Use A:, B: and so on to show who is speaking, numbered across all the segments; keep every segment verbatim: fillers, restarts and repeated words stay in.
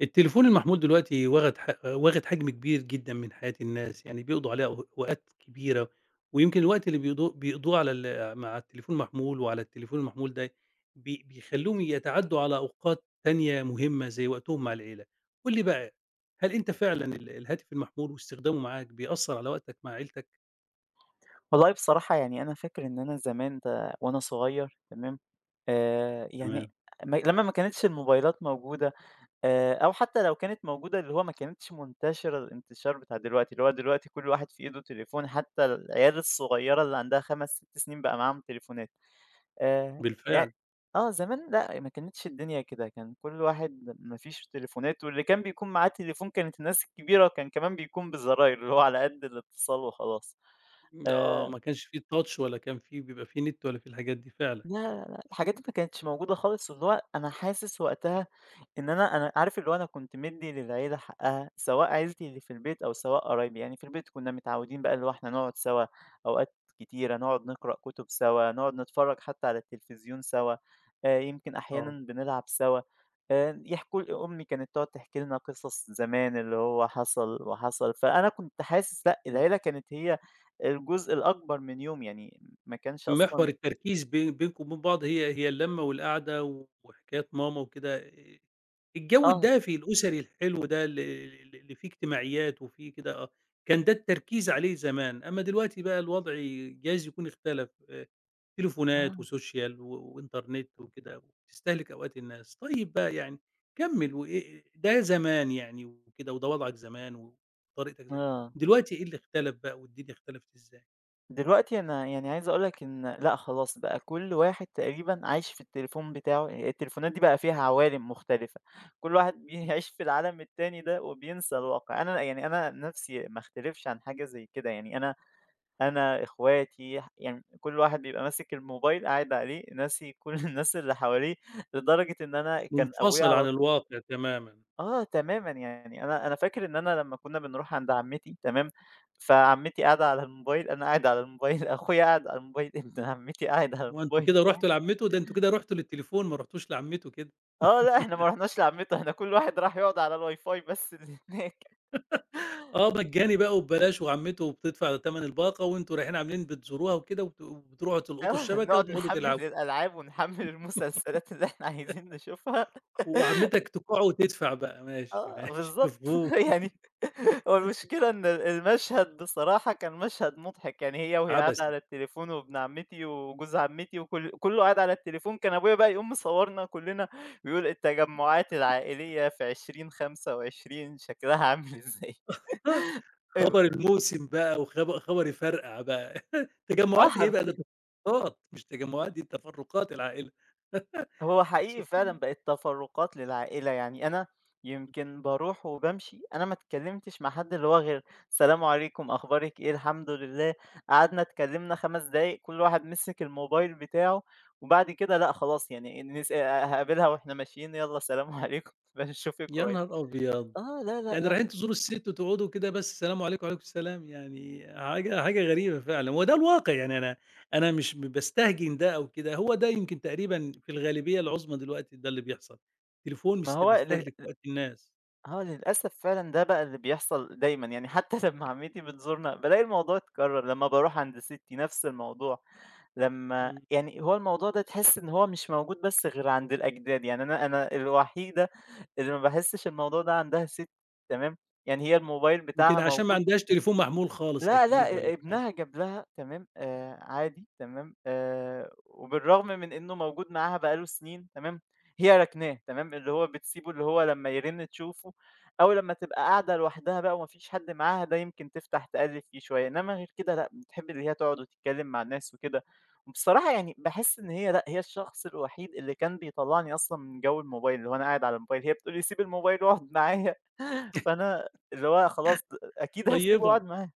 A: التليفون المحمول دلوقتي واخد ح واخد حجم كبير جدا من حياة الناس، يعني بيقضوا عليه أو أوقات كبيرة، ويمكن الوقت اللي بيقضوه بيقضوه على ال مع التليفون المحمول وعلى التليفون المحمول ده بي بيخلّوهم يتعدّوا على أوقات تانية مهمة زي وقتهم مع العيلة. قُل لي بقى، هل أنت فعلًا ال الهاتف المحمول واستخدامه معاك بيأثّر على وقتك مع عيلتك؟
B: والله بصراحة يعني أنا فاكر إن أنا زمان ده وأنا صغير تمام. آآ يعني
A: تمام.
B: م لمّا ما كانتش الموبايلات موجودة، آآ أو حتى لو كانت موجودة اللي هو ما كانتش منتشرة الانتشار بتاع دلوقتي، اللي هو دلوقتي كل واحد في إيده تليفون حتى العيال الصغيرة اللي عندها خمس، 6 سنين بقى معاهم تليفونات. آآ يع
A: بالفعل.
B: آه، زمان لأ، ما كانتش الدنيا كده، كان كل واحد ما فيش تليفونات، واللي كان بيكون معاه تليفون كانت الناس الكبيرة، وكان كمان بيكون بزراير، اللي هو على قد الاتصال وخلاص.
A: آه،
B: آآ
A: ما كانش في touch ولا كان في بيبقى في نت ولا في الحاجات دي فعلًا.
B: لا، لا، لأ، الحاجات دي ما كانتش موجودة خالص، واللي هو أنا حاسس وقتها إن أنا أنا عارف اللي هو أنا كنت مدّي للعيلة حقها، سواء عيلتي اللي في البيت أو سواء قرايبي. يعني في البيت كنا متعودين بقى اللي هو إحنا نقعد سوا أوقات كتيرة، نقعد نقرأ كتب سوا، نقعد نتفرج حتى على التلفزيون سوا، آآ، يمكن
A: آه.
B: أحيانًا بنلعب سوا، آآ، يحكوا ل أمي كانت تقعد تحكي لنا قصص زمان اللي هو حصل وحصل، فأنا كنت حاسس لأ،
A: إمم.
B: العيلة كانت هي الجزء الأكبر من يومي، يعني ما كانش
A: محور
B: أصلًا
A: التركيز بي بينكم وبين بعض هي هي اللمة والقعدة وحكايات ماما وكده. آآ الجو
B: آه،
A: الدافي الأسري الحلو ده ال ال اللي فيه اجتماعيات وفيه كده آه، كان ده التركيز عليه زمان، أمّا دلوقتي بقى الوضع جايز يكون اختلف. آآ تليفونات
B: آه.
A: وسوشيال و وإنترنت وكده وبتستهلك أوقات الناس. طيب بقى يعني كمّل. وإ ده زمان يعني وكده وده وضعك زمان وطريقتك ز
B: آه،
A: دلوقتي إيه اللي اختلف بقى والدنيا اختلفت إزاي؟
B: دلوقتي أنا يعني عايز أقول لك إن لأ خلاص بقى كل واحد تقريبًا عايش في التليفون بتاعه، يعني التليفونات دي بقى فيها عوالم مختلفة، كل واحد بيعيش في العالم التاني ده وبينسى الواقع. أنا يعني أنا نفسي ما أختلفش عن حاجة زي كده، يعني أنا أنا إخواتي ح يعني كل واحد بيبقى ماسك الموبايل قاعد عليه ناسي كل الناس اللي حواليه، لدرجة إن أنا كان أبويا
A: منفصل عن
B: على
A: الواقع تمامًا.
B: آه تمامًا، يعني أنا أنا فاكر إن أنا لمّا كنا بنروح عند عمتي تمام، فعمتي قاعدة على الموبايل، أنا قاعد على الموبايل، أخويا قاعد على الموبايل، ابن عمتي قاعد على
A: هو أنتم
B: الموبايل،
A: كده
B: تمام.
A: رُحتوا لعمته؟ ده أنتم كده رُحتوا للتليفون ما رُحتوش لعمته كده.
B: آه لأ، إحنا ما رُحناش لعمته، إحنا كل واحد راح يقعد على الWiFi بس اللي هناك.
A: آه مجاني بقى وببلاش وعمته بتدفع تمن الباقة وأنتم رايحين عاملين بتزوروها وكده وبت وبتروحوا تلقطوا
B: آه،
A: الشبكة
B: نقعد
A: وتقعدوا
B: نحمّل
A: تلعبوا.
B: الألعاب ونحمّل المسلسلات اللي إحنا عايزين نشوفها.
A: وعمتك تُقع وتدفع بقى. ماشي،
B: آه،
A: ماشي
B: بالضبط
A: مفهوم.
B: يعني هو المشكلة إن ال المشهد بصراحة كان مشهد مضحك، يعني هي وهي قاعدة
A: عبثي.
B: على التليفون، وابن عمتي وجوز عمتي وكل كُلّه قاعد على التليفون، كان أبويا بقى يقوم مصوّرنا كُلّنا ويقول: التجمعات العائلية في ألفين وخمسة وعشرين شكلها عامل إزاي؟
A: آه،
B: آآ
A: خبر الموسم بقى. وخب خبر يفرقع بقى.
B: آه
A: تجمعات إيه
B: حرف
A: بقى ده؟ تفرقات مش تجمعات، دي تفرقات العائلة.
B: هو حقيقي فعلًا
A: سبحان.
B: بقت تفرُّقات للعائلة، يعني أنا يمكن باروح وبامشي أنا ما اتكلّمتش مع حد اللي هو غير السلام عليكم، أخبارِك إيه، الحمد لله، قعدنا اتكلّمنا 5 دقايق كل واحد مسِك الموبايل بتاعه، وبعد كده لأ خلاص يعني نس هاقابلها وإحنا ماشيين يالّا سلام عليكم بنشوفِك
A: يا
B: قريب.
A: نهار أبيض!
B: آه، لا، لأ،
A: يعني
B: لأ،
A: رايحين تزوروا الست وتقعدوا كده بس السلام عليكم وعليكم السلام، يعني حاجة حاجة غريبة فعلًا، وده الواقع. يعني أنا أنا مش باستهجن ده أو كده، هو ده يمكن تقريبًا في الغالبية العظمى دلوقتي ده اللي بيحصل. التليفون
B: ما
A: مست
B: هو لل
A: بيستهلك وقت الناس.
B: آه، للأسف فعلًا ده بقى اللي بيحصل دايمًا، يعني حتى لمّا عمتي بتزورنا بالاقي الموضوع اتكرر، لمّا باروح عند سِتّي نفس الموضوع، لمّا
A: إمم،
B: يعني هو الموضوع ده تحس إن هو مش موجود بس غير عند الأجداد، يعني أنا أنا الوحيدة اللي ما باحسش الموضوع ده عندها، سِتّي تمام، يعني هي الموبايل
A: يمكن
B: بتاعها
A: عشان ما
B: موجود،
A: عندهاش تليفون محمول خالص
B: لأ،
A: أكيد
B: لأ، أ
A: والّا حاجة.
B: ابنها جاب لها تمام، آآ عادي تمام، آآ وبالرغم من إنه موجود معاها بقى له سنين تمام، هي راكناه تمام، اللي هو بتسيبه، اللي هو لمّا يرن تشوفه، أو لمّا تبقى قاعدة لوحدها بقى وما فيش حد معاها ده يمكن تفتح تقلِّب فيه شوية، إنما غير كده لأ، بتحب اللي هي تقعد وتتكلم مع الناس وكده. وبصراحة يعني باحس إن هي لأ، هي الشخص الوحيد اللي كان بيطلّعني أصلًا من جو الموبايل، اللي هو أنا قاعد على الموبايل، هي بتقول لي: "سيب الموبايل واقعد معايا." فأنا اللي هو خلاص أكيد هاسيبه
A: طيبة.
B: واقعد معاها.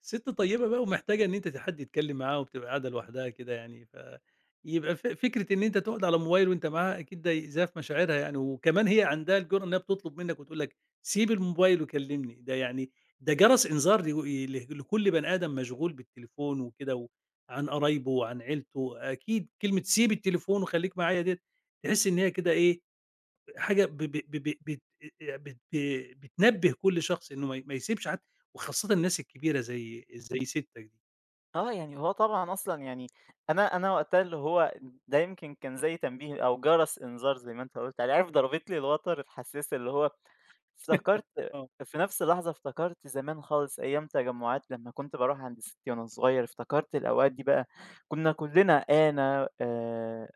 A: ست طيبة بقى ومحتاجة إن أنت حد يتكلم معاها وبتبقى قاعدة لوحدها كده، يعني ف يبقى ف فكرة إن أنت تقعد على الموبايل وأنت معاها أكيد ده إيذاء في مشاعرها يعني، وكمان هي عندها الجرأة إنها بتطلب منك وتقول لك سيب الموبايل وكلمني. ده يعني ده جرس إنذار لو ل لكل بني آدم مشغول بالتليفون وكده و عن قرايبه وعن عيلته. أكيد كلمة سيب التليفون وخليك معايا ديّة تحس إن هي كده إيه، حاجة ب ب ب ب بت بت ب- بتنبّه كل شخص إنه ما ي ما يسيبش عد وخاصةً الناس الكبيرة زي زي سِتّك دي.
B: آه، يعني هو طبعًا أصلًا يعني أنا أنا وقتها اللي هو ده يمكن كان زي تنبيه أو جرس إنذار زي ما أنت قُلت عليه، عارف ضربت لي الوتر الحساس اللي هو افتكرت.
A: آه.
B: في نفس اللحظة افتكرت زمان خالص أيام تجمعات لمّا كنت باروح عند ستي وأنا صغير، افتكرت الأوقات دي بقى، كنا كلنا أنا آآ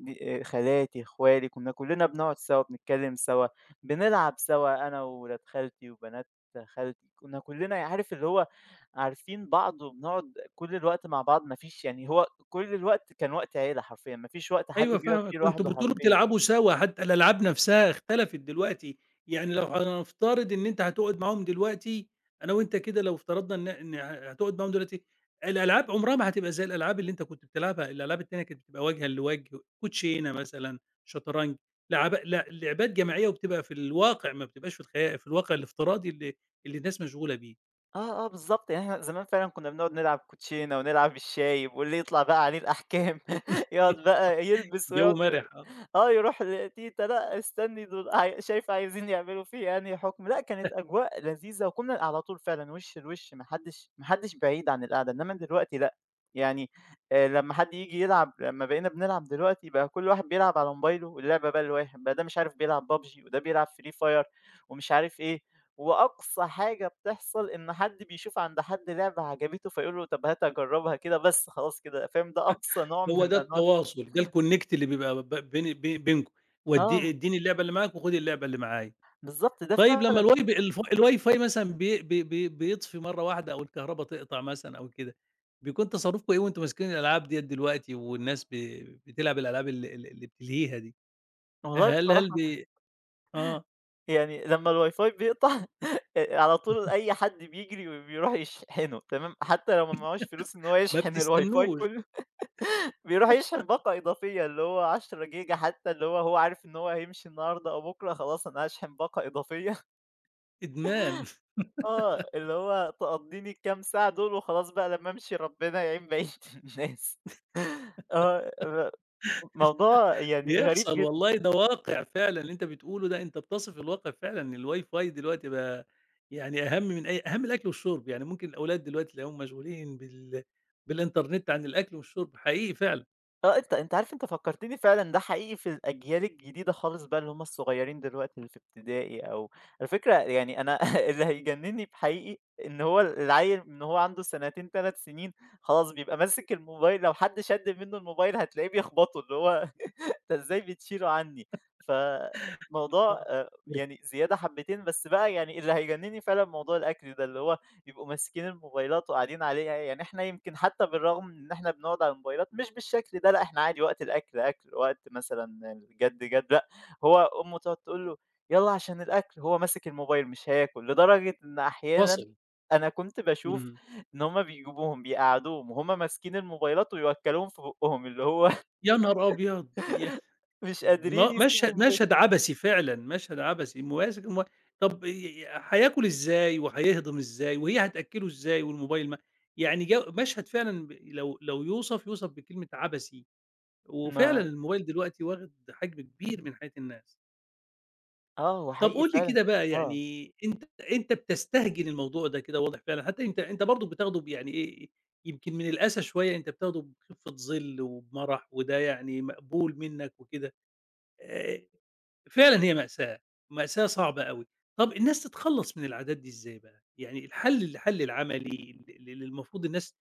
B: دي آه، خالاتي، اخوالي، كنا كلنا بنقعد سوا، بنتكلم سوا، بنلعب سوا أنا وولاد خالتي وبنات خالتي، كنا كلنا عارف اللي هو عارفين بعض وبنقعد كل الوقت مع بعض، ما فيش يعني هو كل الوقت كان وقت عيلة حرفيًا، ما فيش وقت حد
A: أيوه
B: بيقعد
A: فاهمك.
B: فيه
A: كنتم
B: لوحده
A: بتقولوا
B: حرفيًا.
A: بتلعبوا سوا، حتى الألعاب نفسها اختلفت دلوقتي، يعني لو هنفترض إن أنت هتقعد معاهم دلوقتي، أنا وأنت كده لو افترضنا إن إن هتقعد معاهم دلوقتي، الألعاب عمرها ما هتبقى زي الألعاب اللي أنت كنت بتلعبها. الألعاب التانية كانت بتبقى وجهًا لوجه، كوتشينة مثلًا، شطرنج، لعب لع لعبات جماعية وبتبقى في الواقع، ما بتبقاش في الخيال، في الواقع الافتراضي اللي اللي الناس مشغولة بيه.
B: آه، آه بالضبط، يعني إحنا زمان فعلًا كنا بنقعد نلعب كوتشينة ونلعب الشايب واللي يطلع بقى عليه الأحكام، يقعد بقى يلبس
A: جو
B: ويقعد،
A: مرح، آه.
B: آه، يروح لتيتة لأ، استني دول عاي شايفة عايزين يعملوا فيّا أنهي حُكم، لأ كانت أجواء لذيذة وكنا على طول فعلًا وِش لوِش، ما حدّش ما حدّش بعيد عن القعدة، إنّما دلوقتي لأ، يعني آآ لمّا حد ييجي يلعب لمّا بقينا بنلعب دلوقتي بقى كل واحد بيلعب على موبايله واللعبة بقى لواحد، بقى ده مش عارف بيلعب ببجي وده بيلعب Free Fire ومش عارف إيه. وأقصى حاجة بتحصل إن حد بيشوف عند حد لعبة عجبته فيقول له طَب هات أجرّبها كده بس خلاص كده، فاهم، ده أقصى نوع
A: هو
B: من
A: ده
B: أنواع
A: التواصل، ده الconnect اللي بيبقى ب بين بي بينكم، ودّي
B: آه،
A: ادّيني اللعبة اللي معاك وخُدي اللعبة اللي معايا.
B: بالضبط ده ف
A: طيب لمّا الواي ب الف الWiFi مثلًا بي بي بي بيطفي مرّة واحدة، أو الكهربا تقطع مثلًا أو كده، بيكون تصرُّفكم إيه وأنتم ماسكين الألعاب ديّة دلوقتي والناس ب بتلعب الألعاب ال ال اللي بتلهيها دي؟
B: والله
A: هل هل
B: بصراحة
A: بي آه،
B: يعني لمّا الWiFi بيقطع آآ على طول أي حد بيجري وبيروح يشحنه تمام، حتى لو ما معهوش فلوس إن هو
A: ما
B: يشحن الWiFi
A: بتستنّوش.
B: كُلّه بيروح يشحن باقة إضافية اللي هو عشرة جيجا، حتى اللي هو هو عارف إن هو هيمشي النهارده أو بُكرة خلاص أنا هاشحن باقة إضافية.
A: إدمان.
B: آه، اللي هو تقضّيني الكام ساعة دول وخلاص بقى لمّا أمشي ربنا يعين بقية الناس. آه، م موضوع يعني غريب
A: بيحصل
B: جدًا.
A: والله، ده واقع فعلًا اللي أنت بتقوله ده، أنت بتصف الواقع فعلًا. الWiFi دلوقتي بقى يعني أهم من أي أهم من الأكل والشرب، يعني ممكن الأولاد دلوقتي تلاقيهم مشغولين بال بالإنترنت عن الأكل والشرب، حقيقي فعلًا.
B: آه، أنت أنت عارف أنت فكّرتني فعلًا ده حقيقي في الأجيال الجديدة خالص بقى اللي هم الصغيّرين دلوقتي اللي في ابتدائي أو على فكرة يعني أنا اللي هيجنّني في حقيقي إن هو العيّل من وهو عنده سنتين، 3 سنين خلاص بيبقى ماسك الموبايل، لو حد شَد منّه الموبايل هتلاقيه بيخبطه، اللي هو أنت إزاي بتشيله عني؟ فالموضوع
A: آه،
B: آآ يعني زيادة حبّتين، بس بقى يعني اللي هيجنّني فعلًا موضوع الأكل ده، اللي هو يبقوا ماسكين الموبايلات وقاعدين عليها، يعني إحنا يمكن حتى بالرغم من إن إحنا بنقعد على الموبايلات مش بالشكل ده، لأ إحنا عادي وقت الأكل أكل، وقت مثلًا الجَد جَد، لأ هو أمه تقعد تقول له: "يالّا عشان الأكل." هو ماسك الموبايل مش هياكل، لدرجة إن أحيانًا
A: منفصل.
B: أنا كنت باشوف
A: إمم،
B: إن هُم بيجيبوهم بيقعّدوهم وهُم ماسكين الموبايلات ويوكّلوهم في بُقّهم، اللي هو
A: يا نهار أبيض! ياه!
B: مش قادرين
A: م
B: يسيبوا
A: مشهد
B: الموبايل.
A: مشهد عبثي فعلًا، مشهد عبثي ماسك المو. طب ي هياكل إزاي وهيهضم إزاي وهي هتأكله إزاي والموبايل ما يعني جو مشهد فعلًا، ب لو لو يوصف، يوصف بكلمة عبثي. وفعلًا
B: ما
A: الموبايل دلوقتي واخد حجم كبير من حياة الناس.
B: آه، هو
A: طب
B: حقيقي
A: قُل لي
B: فعلًا
A: كده بقى.
B: آه.
A: يعني أنت أنت بتستهجن الموضوع ده كده واضح فعلًا، حتى أنت أنت برضه بتاخده ب يعني إيه، يمكن من الأسى شوية أنت بتاخده بخفة ظِل وبمرح، وده يعني مقبول منّك وكده. آآ فعلًا هي مأساة، مأساة صعبة أوي. طَب الناس تتخلّص من العادات دي إزاي بقى؟ يعني الحل الحل العملي ال ال اللي المفروض الناس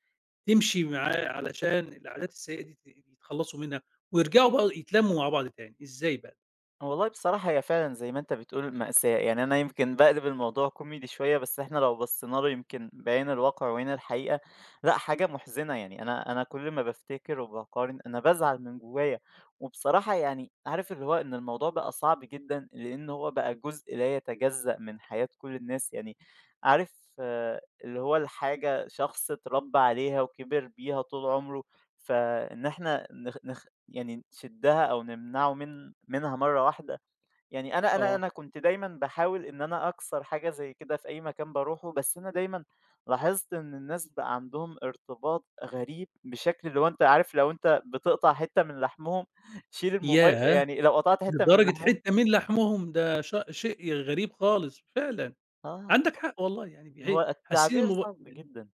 A: تمشي معاه علشان العادات السيئة دي ت يتخلّصوا منها ويرجعوا بقى يتلمّوا مع بعض تاني، إزاي بقى؟
B: والله بصراحة هي فعلًا زي ما أنت بتقول مأساة، يعني أنا يمكن باقلب الموضوع كوميدي شوية، بس إحنا لو بصينا له يمكن بعين الواقع وعين الحقيقة، لأ حاجة محزنة يعني. أنا أنا كل ما بافتكر وباقارن أنا بازعل من جوايا. وبصراحة يعني عارف اللي هو إن الموضوع بقى صعب جدًا، لإن هو بقى جزء لا يتجزأ من حياة كل الناس، يعني عارف آه، اللي هو الحاجة شخص اتربى عليها وكبر بيها طول عمره، فإن إحنا نخ نخ يعني نشدها أو نمنعه من منها مرّة واحدة. يعني أنا أنا
A: آه.
B: أنا كنت دايمًا باحاول إن أنا أكسر حاجة زي كده في أي مكان باروحه، بس أنا دايمًا لاحظت إن الناس بقى عندهم ارتباط غريب بشكل اللي هو أنت عارف لو أنت بتقطع حتّة من لحمهم شيل الموباي
A: ياه!
B: يعني لو قطعت حتّة من
A: لدرجة
B: لحمهم
A: حتّة من لحمهم، ده ش شيء غريب خالص فعلًا.
B: آه،
A: عندك حق والله، يعني
B: هو
A: بي حاسين
B: التعبير
A: المب.
B: صعب جدًا.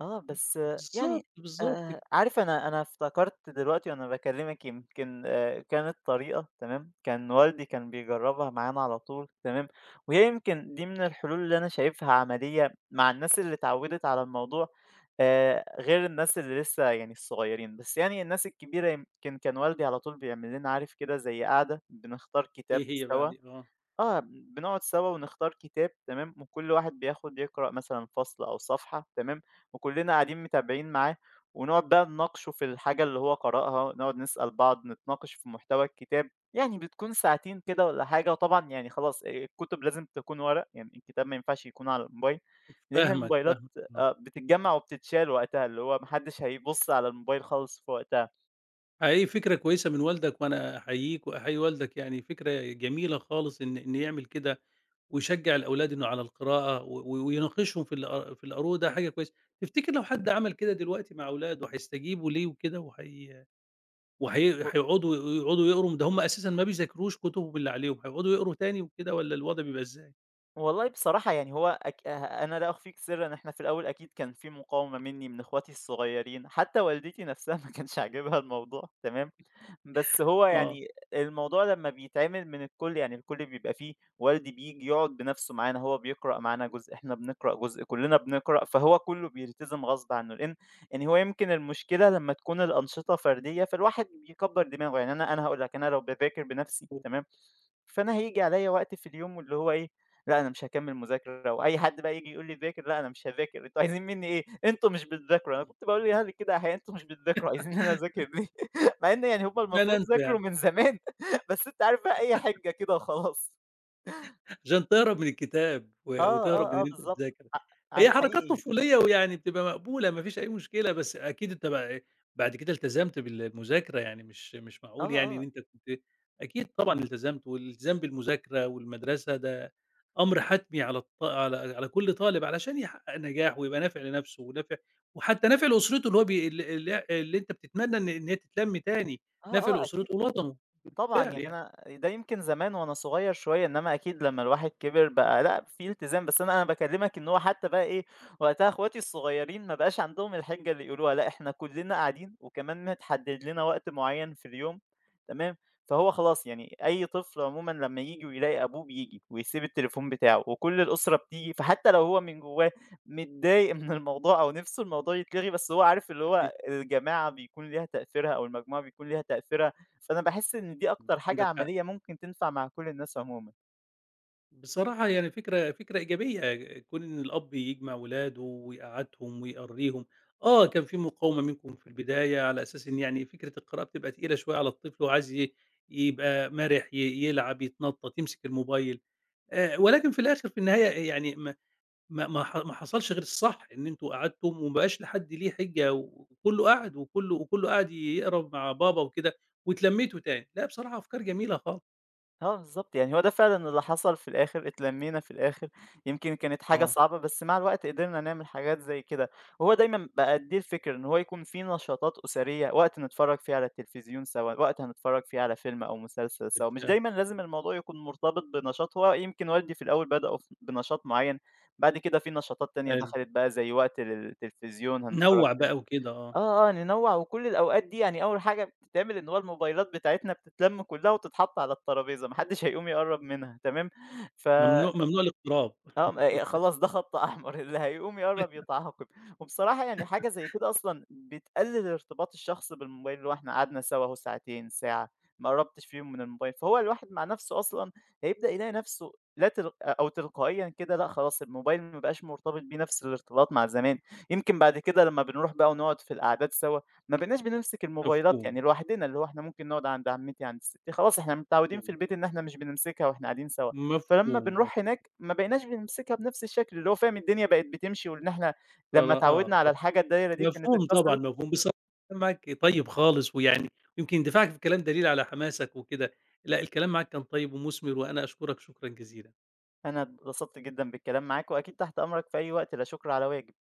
B: آه، بس يعني
A: بالضبط، بالضبط كده.
B: آآ، عارف أنا أنا افتكرت دلوقتي وأنا باكلمِك، يمكن آآ، كانت طريقة تمام، كان والدي كان بيجربها معانا على طول تمام، وهي يمكن دي من الحلول اللي أنا شايفها عملية مع الناس اللي اتعودت على الموضوع، آآ، غير الناس اللي لسه يعني الصغيرين، بس يعني الناس الكبيرة، يمكن كان والدي على طول بيعمل لنا عارف كده زي قعدة بنختار
A: إيه
B: كتاب
A: هي بقى
B: سوا.
A: دي؟ آه.
B: آه، بنقعد سوا ونختار كتاب تمام، وكل واحد بياخد يقرأ مثلًا فصل أو صفحة تمام، وكلنا قاعدين متابعين معاه، ونقعد بقى نناقشه في الحاجة اللي هو قرأها، نقعد نسأل بعض، نتناقش في محتوى الكتاب، يعني بتكون ساعتين كده والّا حاجة، وطبعًا يعني خلاص آآ الكتب لازم تكون ورق، يعني الكتاب ما ينفعش يكون على الموبايل، لأن
A: فاهمك،
B: الموبايلات
A: فاهمك، آه.
B: آه، بتتجمّع وبتتشال وقتها، اللي هو ما حدش هيبُص على الموبايل خالص في وقتها.
A: حقيقي فكرة كويسة من والدك، وأنا أحييك وأحيي والدك، يعني فكرة جميلة خالص إن إن يعمل كده ويشجع الأولاد إنه على القراءة و- و- ويناقشهم في الأ- في القروء، ده حاجة كويسة. تفتكر لو حد عمل كده دلوقتي مع أولاده هيستجيبوا ليه وكده، وهي وهي- هيقعدوا يقعدوا يقروا؟ ده هم أساسا ما بيذاكروش كتبهم اللي عليهم، هيقعدوا يقروا تاني وكده، ولا الوضع بيبقى إزاي؟
B: والله بصراحة يعني هو أك... آه، أنا لا أخفيك سرا إحنا في الأول أكيد كان في مقاومة مني من إخواتي الصغيرين حتى والدتي نفسها ما كانش عاجبها الموضوع تمام، بس هو
A: آه،
B: يعني الموضوع لمّا بيتعمل من الكل يعني الكل بيبقى فيه والدي بييجي يقعد بنَفْسه معانا، هو بيقرأ معانا جزء، إحنا بنقرأ جزء، كُلّنا بنقرأ، فهو كُلّه بيلتزم غصب عنّه، لإن يعني هو يمكن المشكلة لمّا تكون الأنشطة فردية، فالواحد بيكبّر دماغه. يعني أنا أنا هاقول لك، أنا لو باذاكر بنَفْسي تمام، فأنا هييجي عليّا وقت في اليوم واللي هو إيه، لأ أنا مش هاكمّل مذاكرة، وأي حد بقى ييجي يقول لي ذاكر، لأ أنا مش هاذاكر، أنتم عايزين منّي إيه؟ أنتم مش بتذاكروا. أنا كنت باقول لأهلي كده أحيانًا، أنتم مش بتذاكروا عايزين إن أنا أذاكر ليه؟ مع إن يعني هُم
A: ما
B: المفروض
A: ننتوا
B: ذاكروا
A: يعني
B: من زمان، بس أنت عارف بقى أي حِجة كده وخلاص.
A: عشان تهرب من الكتاب
B: آه،
A: و وتهرب من
B: آه،
A: إن
B: آه،
A: أنت
B: بالضبط.
A: تذاكر.
B: ع ع
A: هي حركات
B: حقيقي.
A: طفولية ويعني بتبقى مقبولة، ما فيش أي مشكلة. بس أكيد أنت بقى إيه، بعد كده التزمت بالمذاكرة، يعني مش مش
B: آه،
A: معقول يعني
B: آه،
A: إن أنت كنت. أكيد طبعًا التزمت، والالتزام بالمذاكرة والمدرسة ده أمر حتمي على الط على على كل طالب علشان يحقق نجاح ويبقى نافع لنفسه ونافع، وحتى نافع لأسرته اللي هو بي ال ال اللي أنت بتتمنى إن إن هي تتلم تاني،
B: آه،
A: نافع
B: آه، أكيد.
A: لأسرته ووطنه.
B: طبعًا،
A: بالفعل
B: يعني
A: يعني
B: أنا ده يمكن زمان وأنا صغير شوية، إنّما أكيد لمّا الواحد كِبِر بقى لأ، في التزام. بس أنا أنا باكلّمك إن هو حتّى بقى إيه، وقتها أخواتي الصغيّرين ما بقاش عندهم الحِجّة اللي يقولوها، لأ، إحنا كُلّنا قاعدين وكمان متحدّد لنا وقت معيّن في اليوم تمام. فهو خلاص يعني أي طفل عمومًا لمّا ييجي ويلاقي أبوه بييجي ويسيب التليفون بتاعه وكل الأسرة بتيجي، فحتّى لو هو من جوّاه متضايق من الموضوع أو نِفْسه الموضوع يتلغي، بس هو عارف اللي هو
A: يعني
B: الجماعة بيكون ليها تأثيرها أو المجموعة بيكون ليها تأثيرها. فأنا باحس إن دي أكتر حاجة
A: عندك حق.
B: عملية ممكن تنفع مع كل الناس عمومًا.
A: بصراحة يعني فكرة، فكرة إيجابية كون إن الأب يجمع ولاده ويقعدهم ويقريهم. آه، كان في مقاومة منكم في البداية على أساس إن يعني فكرة القراءة بتبقى تقيلة شوية على الطفل، وعايز ي- يبقى مرح، ي- يلعب يتنطط يمسك الموبايل، آه، ولكن في الآخر في النهاية يعني ما ما ما ح- ما حصلش غير الصح، إن أنتوا قعدتم وما بقاش لحد ليه حجة، وكله قعد وكله وكله قعد يقرب مع بابا وكده واتلميتوا تاني. لا بصراحة، أفكار جميلة خالص.
B: آه بالضبط، يعني هو ده فعلًا اللي حصل في الآخر، اتلمينا في الآخر، يمكن كانت حاجة
A: آه،
B: صعبة بس مع الوقت قدرنا نعمل حاجات زي كده، وهو دايمًا بقى دي الفكرة إن هو يكون في نشاطات أسرية، وقت نتفرج فيه على التلفزيون سوا، وقت هنتفرج فيه على فيلم أو مسلسل سوا، مش
A: بالفعل.
B: دايمًا لازم الموضوع يكون مرتبط بنشاط، هو يمكن والدي في الأول بدأوا ف بنشاط معين، بعد كده في نشاطات تانية دخلت بقى زي وقت للتلفزيون هنتفرج.
A: نوّع بقى وكده، آه.
B: آه، آه، ننوّع. وكل الأوقات دي يعني أول حاجة بتتعمل إن هو الموبايلات بتاعتنا بتتلَم كلّها وتتحط على الترابيزة، ما حدّش هيقوم يقرّب منها تمام. ف
A: ممنوع، ممنوع الاقتراب.
B: آه، ما ي خلاص ده خط أحمر، اللي هيقوم يقرّب يتعاقب. وبصراحة يعني حاجة زي كده أصلًا بتقلل ارتباط الشخص بالموبايل، اللي هو إحنا قعدنا سوا أهو ساعتين، ساعة، ما قرّبتش فيهم من الموبايل، فهو الواحد مع نَفْسه أصلًا هيبدأ يلاقي نَفْسه لا تل أو تلقائيًا كده لأ خلاص الموبايل ما بقاش مرتبط بيه نَفْس الارتباط مع زمان. يمكن بعد كده لمّا بنروح بقى ونقعد في القعدات سوا، ما بقيناش بنمسك الموبايلات
A: مفهوم،
B: يعني لوحدنا، اللي هو إحنا ممكن نقعد عند عمتي، عند ستّي، خلاص إحنا متعودين في
A: مفهوم،
B: البيت إن إحنا مش بنمسكها وإحنا قاعدين سوا. فلمّا
A: مفهوم.
B: بنروح
A: مبصرة.
B: هناك ما بقيناش بنمسكها بنفس الشكل، اللي هو فاهم الدنيا بقت بتمشي وإن إحنا لمّا اتعودنا
A: آه،
B: على
A: مف
B: الحاجة الدايرة دي كانت
A: مفهوم طبعًا
B: اتكسرت.
A: مفهوم. بصراحة الكلام معاك طيب خالص، ويعني يمكن دفاعك في الكلام دليل على حماسك وكده. لأ الكلام معاك كان طيب ومثمر، وأنا أشكرك شكرًا جزيلًا.
B: أنا اتبسطت جدًا بالكلام معاك وأكيد تحت أمرك في أي وقت، لا شكر على واجب.